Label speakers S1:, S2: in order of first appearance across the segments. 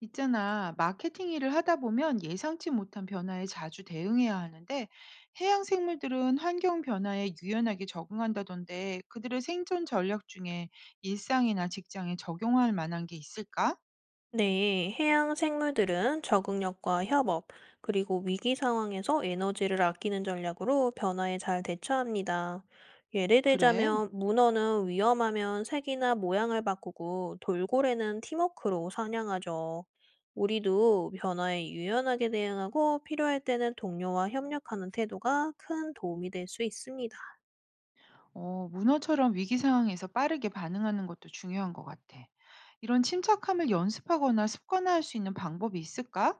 S1: 있잖아, 마케팅 일을 하다 보면 예상치 못한 변화에 자주 대응해야 하는데, 해양 생물들은 환경 변화에 유연하게 적응한다던데, 그들의 생존 전략 중에 일상이나 직장에 적용할 만한 게 있을까?
S2: 네, 해양 생물들은 적응력과 협업, 그리고 위기 상황에서 에너지를 아끼는 전략으로 변화에 잘 대처합니다. 예를
S1: 그래,
S2: 들자면, 문어는 위험하면 색이나 모양을 바꾸고, 돌고래는 팀워크로 사냥하죠. 우리도 변화에 유연하게 대응하고, 필요할 때는 동료와 협력하는 태도가 큰 도움이 될 수 있습니다.
S1: 문어처럼 위기 상황에서 빠르게 반응하는 것도 중요한 것 같아. 이런 침착함을 연습하거나 습관화할 수 있는 방법이 있을까?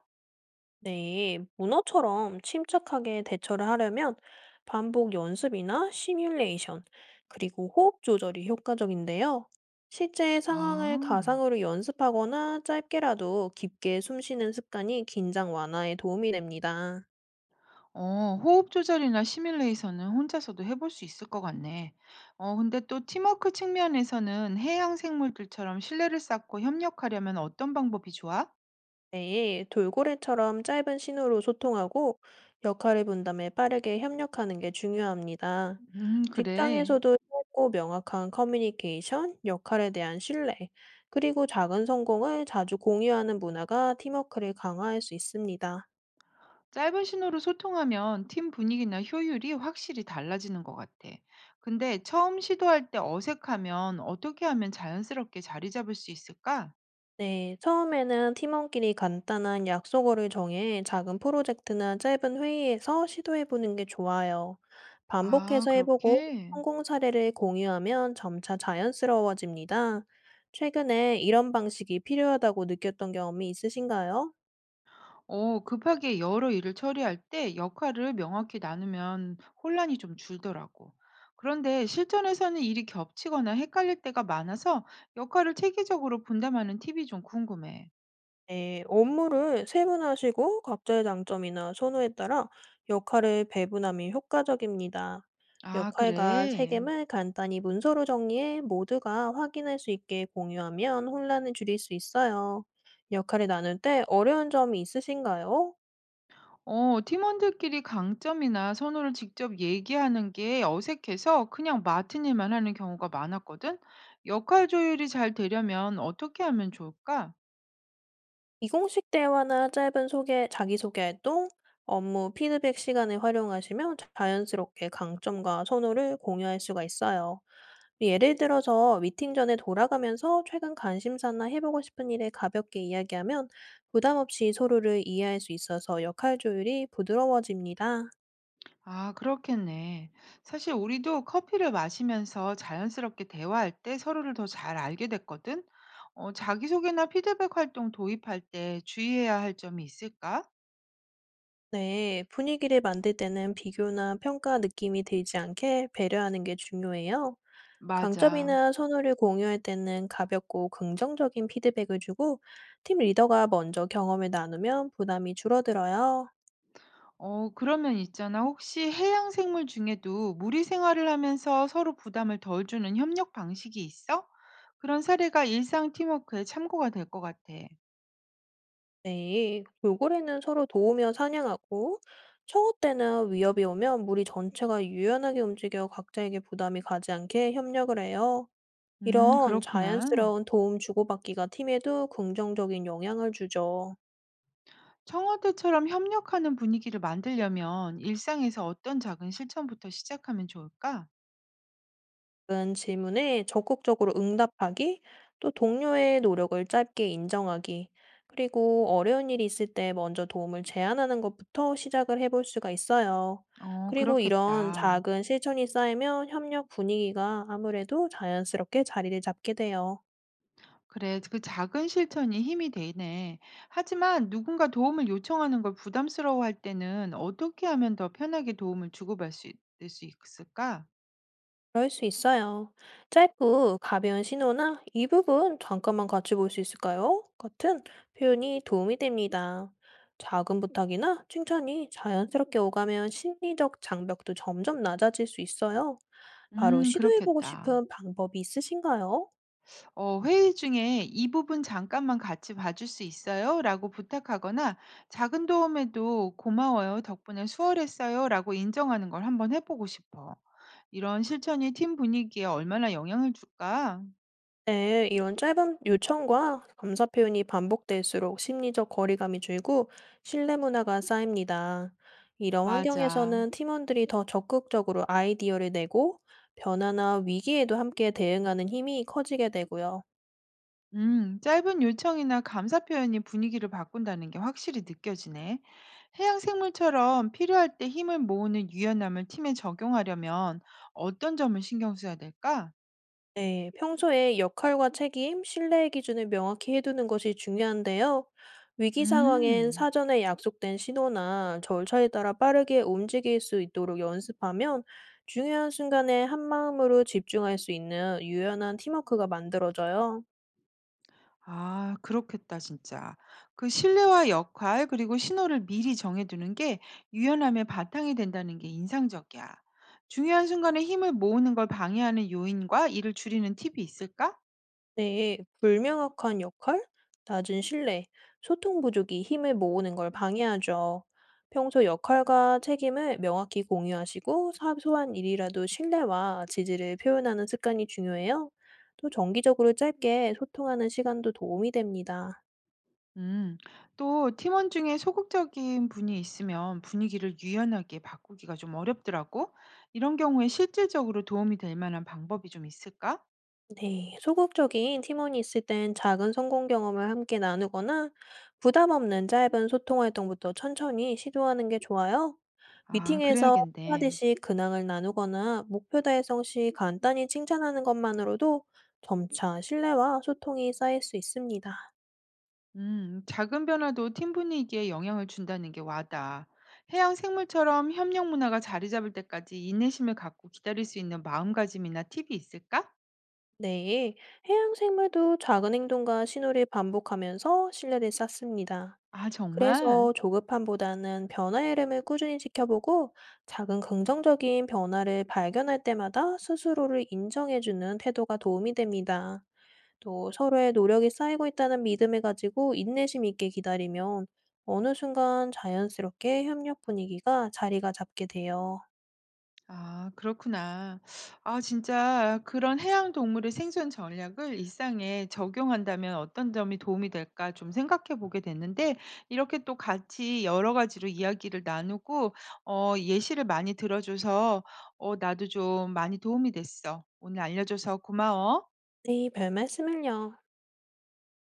S2: 네, 문어처럼 침착하게 대처를 하려면 반복 연습이나 시뮬레이션, 그리고 호흡 조절이 효과적인데요. 실제 상황을
S1: 아.
S2: 가상으로 연습하거나 짧게라도 깊게 숨 쉬는 습관이 긴장 완화에 도움이 됩니다.
S1: 호흡 조절이나 시뮬레이션은 혼자서도 해볼 수 있을 것 같네. 근데 또 팀워크 측면에서는 해양 생물들처럼 신뢰를 쌓고 협력하려면 어떤 방법이 좋아?
S2: 네, 돌고래처럼 짧은 신호로 소통하고 역할을 분담해 빠르게 협력하는 게 중요합니다.
S1: 그래.
S2: 직장에서도 짧고 명확한 커뮤니케이션, 역할에 대한 신뢰, 그리고 작은 성공을 자주 공유하는 문화가 팀워크를 강화할 수 있습니다.
S1: 짧은 신호로 소통하면 팀 분위기나 효율이 확실히 달라지는 것 같아. 근데 처음 시도할 때 어색하면 어떻게 하면 자연스럽게 자리 잡을 수 있을까?
S2: 네, 처음에는 팀원끼리 간단한 약속어를 정해 작은 프로젝트나 짧은 회의에서 시도해보는 게 좋아요.
S1: 아,
S2: 반복해서 해보고
S1: 그렇게?
S2: 성공 사례를 공유하면 점차 자연스러워집니다. 최근에 이런 방식이 필요하다고 느꼈던 경험이 있으신가요?
S1: 급하게 여러 일을 처리할 때 역할을 명확히 나누면 혼란이 좀 줄더라고. 그런데 실전에서는 일이 겹치거나 헷갈릴 때가 많아서 역할을 체계적으로 분담하는 팁이 좀 궁금해.
S2: 네, 업무를 세분화하시고 각자의 장점이나 선호에 따라 역할을 배분함이 효과적입니다.
S1: 아,
S2: 역할과
S1: 그래.
S2: 책임을 간단히 문서로 정리해 모두가 확인할 수 있게 공유하면 혼란을 줄일 수 있어요. 역할을 나눌 때 어려운 점이 있으신가요?
S1: 팀원들끼리 강점이나 선호를 직접 얘기하는 게 어색해서 그냥 맡은 일만 하는 경우가 많았거든. 역할 조율이 잘 되려면 어떻게 하면 좋을까?
S2: 비공식 대화나 짧은 소개, 자기소개 활동, 업무 피드백 시간을 활용하시면 자연스럽게 강점과 선호를 공유할 수가 있어요. 예를 들어서 미팅 전에 돌아가면서 최근 관심사나 해보고 싶은 일에 가볍게 이야기하면 부담 없이 서로를 이해할 수 있어서 역할 조율이 부드러워집니다.
S1: 아, 그렇겠네. 사실 우리도 커피를 마시면서 자연스럽게 대화할 때 서로를 더 잘 알게 됐거든. 자기소개나 피드백 활동 도입할 때 주의해야 할 점이 있을까?
S2: 네, 분위기를 만들 때는 비교나 평가 느낌이 들지 않게 배려하는 게 중요해요.
S1: 맞아.
S2: 강점이나 선호를 공유할 때는 가볍고 긍정적인 피드백을 주고 팀 리더가 먼저 경험을 나누면 부담이 줄어들어요.
S1: 그러면 있잖아. 혹시 해양 생물 중에도 무리 생활을 하면서 서로 부담을 덜 주는 협력 방식이 있어? 그런 사례가 일상 팀워크에 참고가 될 것 같아.
S2: 네. 돌고래는 서로 도우며 사냥하고 청어 때나 위협이 오면 무리 전체가 유연하게 움직여 각자에게 부담이 가지 않게 협력을 해요. 이런
S1: 그렇구나.
S2: 자연스러운 도움 주고받기가 팀에도 긍정적인 영향을 주죠.
S1: 청와대처럼 협력하는 분위기를 만들려면 일상에서 어떤 작은 실천부터 시작하면 좋을까?
S2: 작은 질문에 적극적으로 응답하기, 또 동료의 노력을 짧게 인정하기, 그리고 어려운 일이 있을 때 먼저 도움을 제안하는 것부터 시작을 해볼 수가 있어요. 그리고 이런
S1: 그렇겠다.
S2: 작은 실천이 쌓이면 협력 분위기가 아무래도 자연스럽게 자리를 잡게 돼요.
S1: 그래, 그 작은 실천이 힘이 되네. 하지만 누군가 도움을 요청하는 걸 부담스러워할 때는 어떻게 하면 더 편하게 도움을 주고받을 수 있을까?
S2: 그럴 수 있어요. 짧고 가벼운 신호나 "이 부분 잠깐만 같이 볼 수 있을까요?" 같은 표현이 도움이 됩니다. 작은 부탁이나 칭찬이 자연스럽게 오가면 심리적 장벽도 점점 낮아질 수 있어요. 바로 시도해보고
S1: 그렇겠다.
S2: 싶은 방법이 있으신가요?
S1: 회의 중에 이 부분 잠깐만 같이 봐줄 수 있어요? 라고 부탁하거나 작은 도움에도 고마워요. 덕분에 수월했어요. 라고 인정하는 걸 한번 해보고 싶어. 이런 실천이 팀 분위기에 얼마나 영향을 줄까?
S2: 네, 이런 짧은 요청과 감사 표현이 반복될수록 심리적 거리감이 줄고 신뢰 문화가 쌓입니다. 이런
S1: 맞아.
S2: 환경에서는 팀원들이 더 적극적으로 아이디어를 내고 변화나 위기에도 함께 대응하는 힘이 커지게 되고요.
S1: 짧은 요청이나 감사 표현이 분위기를 바꾼다는 게 확실히 느껴지네. 해양 생물처럼 필요할 때 힘을 모으는 유연함을 팀에 적용하려면 어떤 점을 신경 써야 될까?
S2: 네, 평소에 역할과 책임, 신뢰의 기준을 명확히 해두는 것이 중요한데요. 위기 상황엔
S1: 음.
S2: 사전에 약속된 신호나 절차에 따라 빠르게 움직일 수 있도록 연습하면 중요한 순간에 한마음으로 집중할 수 있는 유연한 팀워크가 만들어져요.
S1: 아, 그렇겠다, 진짜. 그 신뢰와 역할, 그리고 신호를 미리 정해두는 게 유연함의 바탕이 된다는 게 인상적이야. 중요한 순간에 힘을 모으는 걸 방해하는 요인과 이를 줄이는 팁이 있을까?
S2: 네, 불명확한 역할, 낮은 신뢰, 소통 부족이 힘을 모으는 걸 방해하죠. 평소 역할과 책임을 명확히 공유하시고 사소한 일이라도 신뢰와 지지를 표현하는 습관이 중요해요. 또 정기적으로 짧게 소통하는 시간도 도움이 됩니다.
S1: 음, 또 팀원 중에 소극적인 분이 있으면 분위기를 유연하게 바꾸기가 좀 어렵더라고. 이런 경우에 실질적으로 도움이 될 만한 방법이 좀 있을까?
S2: 네, 소극적인 팀원이 있을 땐 작은 성공 경험을 함께 나누거나 부담 없는 짧은 소통 활동부터 천천히 시도하는 게 좋아요.
S1: 아,
S2: 미팅에서
S1: 그래야겠네.
S2: 한마디씩 근황을 나누거나 목표 달성 시 간단히 칭찬하는 것만으로도 점차 신뢰와 소통이 쌓일 수 있습니다.
S1: 작은 변화도 팀 분위기에 영향을 준다는 게 와닿아. 해양 생물처럼 협력 문화가 자리 잡을 때까지 인내심을 갖고 기다릴 수 있는 마음가짐이나 팁이 있을까?
S2: 네, 해양 생물도 작은 행동과 신호를 반복하면서 신뢰를 쌓습니다.
S1: 아, 정말?
S2: 그래서 조급함보다는 변화의 흐름을 꾸준히 지켜보고 작은 긍정적인 변화를 발견할 때마다 스스로를 인정해주는 태도가 도움이 됩니다. 또 서로의 노력이 쌓이고 있다는 믿음을 가지고 인내심 있게 기다리면 어느 순간 자연스럽게 협력 분위기가 자리가 잡게 돼요.
S1: 아 그렇구나. 아 진짜 그런 해양 동물의 생존 전략을 일상에 적용한다면 어떤 점이 도움이 될까 좀 생각해 보게 됐는데 이렇게 또 같이 여러 가지로 이야기를 나누고 예시를 많이 들어줘서 나도 좀 많이 도움이 됐어. 오늘 알려줘서 고마워.
S2: 네, 별 말씀을요.